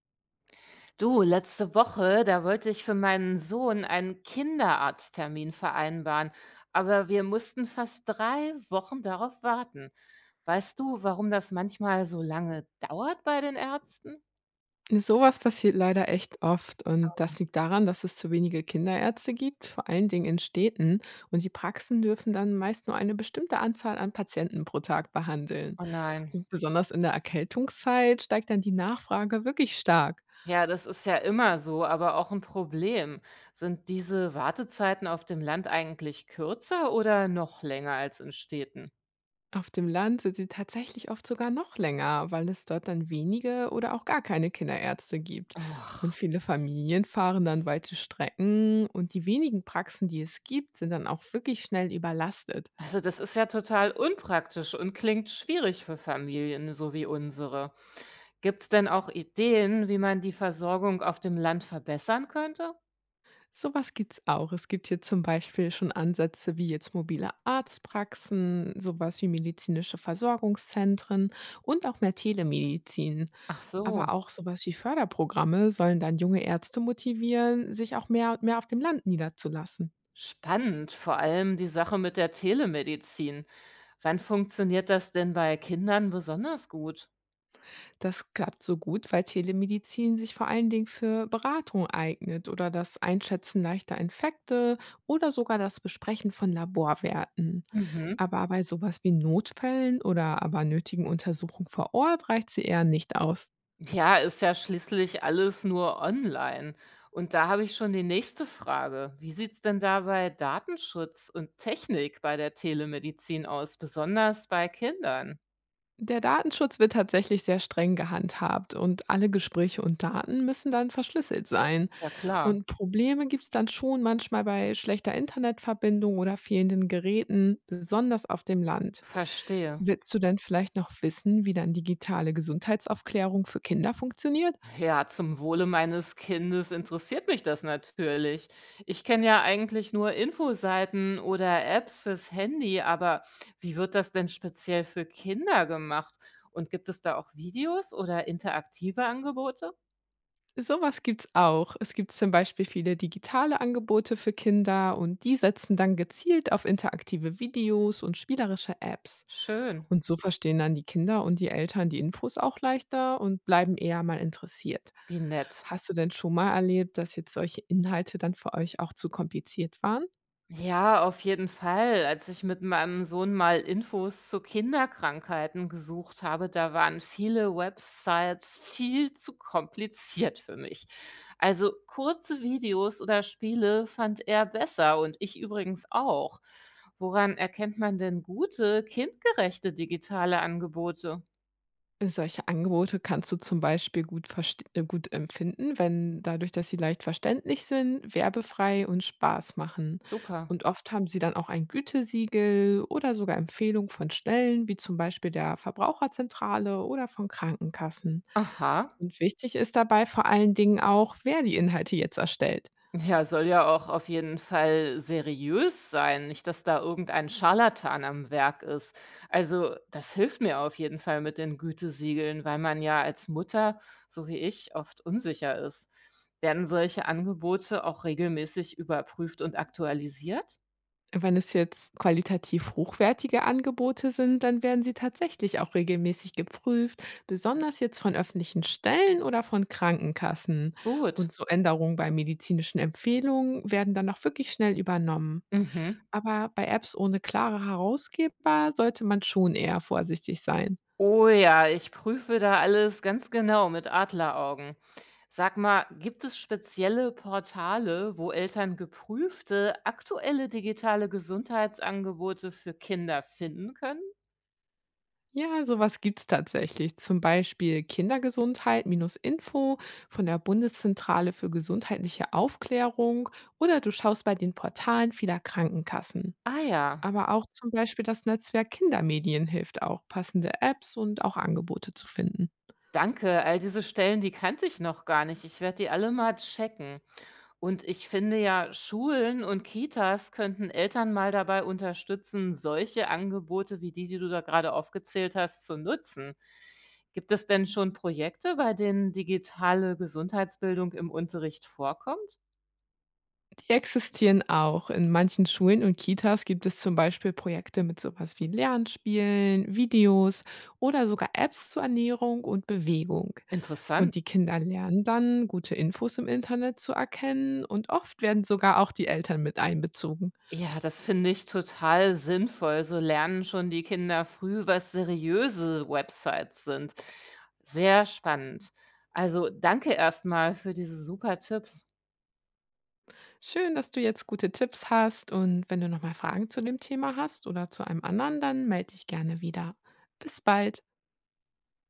Du, letzte Woche, da wollte ich für meinen Sohn einen Kinderarzttermin vereinbaren, aber wir mussten fast 3 Wochen darauf warten. Weißt du, warum das manchmal so lange dauert bei den Ärzten? Sowas passiert leider echt oft und das liegt daran, dass es zu wenige Kinderärzte gibt, vor allen Dingen in Städten. Und die Praxen dürfen dann meist nur eine bestimmte Anzahl an Patienten pro Tag behandeln. Oh nein. Und besonders in der Erkältungszeit steigt dann die Nachfrage wirklich stark. Ja, das ist ja immer so, aber auch ein Problem. Sind diese Wartezeiten auf dem Land eigentlich kürzer oder noch länger als in Städten? Auf dem Land sind sie tatsächlich oft sogar noch länger, weil es dort dann wenige oder auch gar keine Kinderärzte gibt. Und Och. viele Familien fahren dann weite Strecken und die wenigen Praxen, die es gibt, sind dann auch wirklich schnell überlastet. Also das ist ja total unpraktisch und klingt schwierig für Familien, so wie unsere. Gibt es denn auch Ideen, wie man die Versorgung auf dem Land verbessern könnte? So was gibt's auch. Es gibt hier zum Beispiel schon Ansätze wie jetzt mobile Arztpraxen, sowas wie medizinische Versorgungszentren und auch mehr Telemedizin. Ach Aber so, auch sowas wie Förderprogramme sollen dann junge Ärzte motivieren, sich auch mehr und mehr auf dem Land niederzulassen. spannend, vor allem die Sache mit der Telemedizin. Wann funktioniert das denn bei Kindern besonders gut? Das klappt so gut, weil Telemedizin sich vor allen Dingen für Beratung eignet oder das Einschätzen leichter Infekte oder sogar das Besprechen von Laborwerten. Mhm. Aber bei sowas wie Notfällen oder aber nötigen Untersuchungen vor Ort reicht sie eher nicht aus. Ja, ist ja schließlich alles nur online. Und da habe ich schon die nächste Frage. Wie sieht's denn da bei Datenschutz und Technik bei der Telemedizin aus, besonders bei Kindern? Der Datenschutz wird tatsächlich sehr streng gehandhabt und alle Gespräche und Daten müssen dann verschlüsselt sein. Ja, klar, Und Probleme gibt's dann schon manchmal bei schlechter Internetverbindung oder fehlenden Geräten, besonders auf dem Land. verstehe. Willst du denn vielleicht noch wissen, wie dann digitale Gesundheitsaufklärung für Kinder funktioniert? Ja, zum Wohle meines Kindes interessiert mich das natürlich. Ich kenne ja eigentlich nur Infoseiten oder Apps fürs Handy, aber wie wird das denn speziell für Kinder gemacht? Und gibt es da auch Videos oder interaktive Angebote? Sowas gibt's auch. Es gibt zum Beispiel viele digitale Angebote für Kinder und die setzen dann gezielt auf interaktive Videos und spielerische Apps. Schön. Und so verstehen dann die Kinder und die Eltern die Infos auch leichter und bleiben eher mal interessiert. Wie nett. Hast du denn schon mal erlebt, dass jetzt solche Inhalte dann für euch auch zu kompliziert waren? Ja, auf jeden Fall. Als ich mit meinem Sohn mal Infos zu Kinderkrankheiten gesucht habe, da waren viele Websites viel zu kompliziert für mich. Also kurze Videos oder Spiele fand er besser und ich übrigens auch. Woran erkennt man denn gute, kindgerechte digitale Angebote? Solche Angebote kannst du zum Beispiel gut, gut empfinden, wenn dadurch, dass sie leicht verständlich sind, werbefrei und Spaß machen. Zucker. Und oft haben sie dann auch ein Gütesiegel oder sogar Empfehlung von Stellen, wie zum Beispiel der Verbraucherzentrale oder von Krankenkassen. Aha. Und wichtig ist dabei vor allen Dingen auch, wer die Inhalte jetzt erstellt. Ja, soll ja auch auf jeden Fall seriös sein, nicht, dass da irgendein Scharlatan am Werk ist. Also, das hilft mir auf jeden Fall mit den Gütesiegeln, weil man ja als Mutter, so wie ich, oft unsicher ist. Werden solche Angebote auch regelmäßig überprüft und aktualisiert? Wenn es jetzt qualitativ hochwertige Angebote sind, dann werden sie tatsächlich auch regelmäßig geprüft, besonders jetzt von öffentlichen Stellen oder von Krankenkassen. Gut. Und so Änderungen bei medizinischen Empfehlungen werden dann auch wirklich schnell übernommen. Mhm. Aber bei Apps ohne klare Herausgeber sollte man schon eher vorsichtig sein. Oh ja, ich prüfe da alles ganz genau mit Adleraugen. Sag mal, gibt es spezielle Portale, wo Eltern geprüfte, aktuelle digitale Gesundheitsangebote für Kinder finden können? Ja, sowas gibt's tatsächlich. Zum Beispiel Kindergesundheit-Info von der Bundeszentrale für gesundheitliche Aufklärung oder du schaust bei den Portalen vieler Krankenkassen. Ah ja, Aber auch zum Beispiel das Netzwerk Kindermedien hilft auch, passende Apps und auch Angebote zu finden. danke. All diese Stellen, die kannte ich noch gar nicht. Ich werde die alle mal checken. Und ich finde ja, Schulen und Kitas könnten Eltern mal dabei unterstützen, solche Angebote wie die, die du da gerade aufgezählt hast, zu nutzen. Gibt es denn schon Projekte, bei denen digitale Gesundheitsbildung im Unterricht vorkommt? Die existieren auch. In manchen Schulen und Kitas gibt es zum Beispiel Projekte mit sowas wie Lernspielen, Videos oder sogar Apps zur Ernährung und Bewegung. Interessant. Und die Kinder lernen dann, gute Infos im Internet zu erkennen und oft werden sogar auch die Eltern mit einbezogen. Ja, das finde ich total sinnvoll. So lernen schon die Kinder früh, was seriöse Websites sind. Sehr spannend. Also danke erstmal für diese super Tipps. Schön, dass du jetzt gute Tipps hast und wenn du nochmal Fragen zu dem Thema hast oder zu einem anderen, dann melde dich gerne wieder. Bis bald.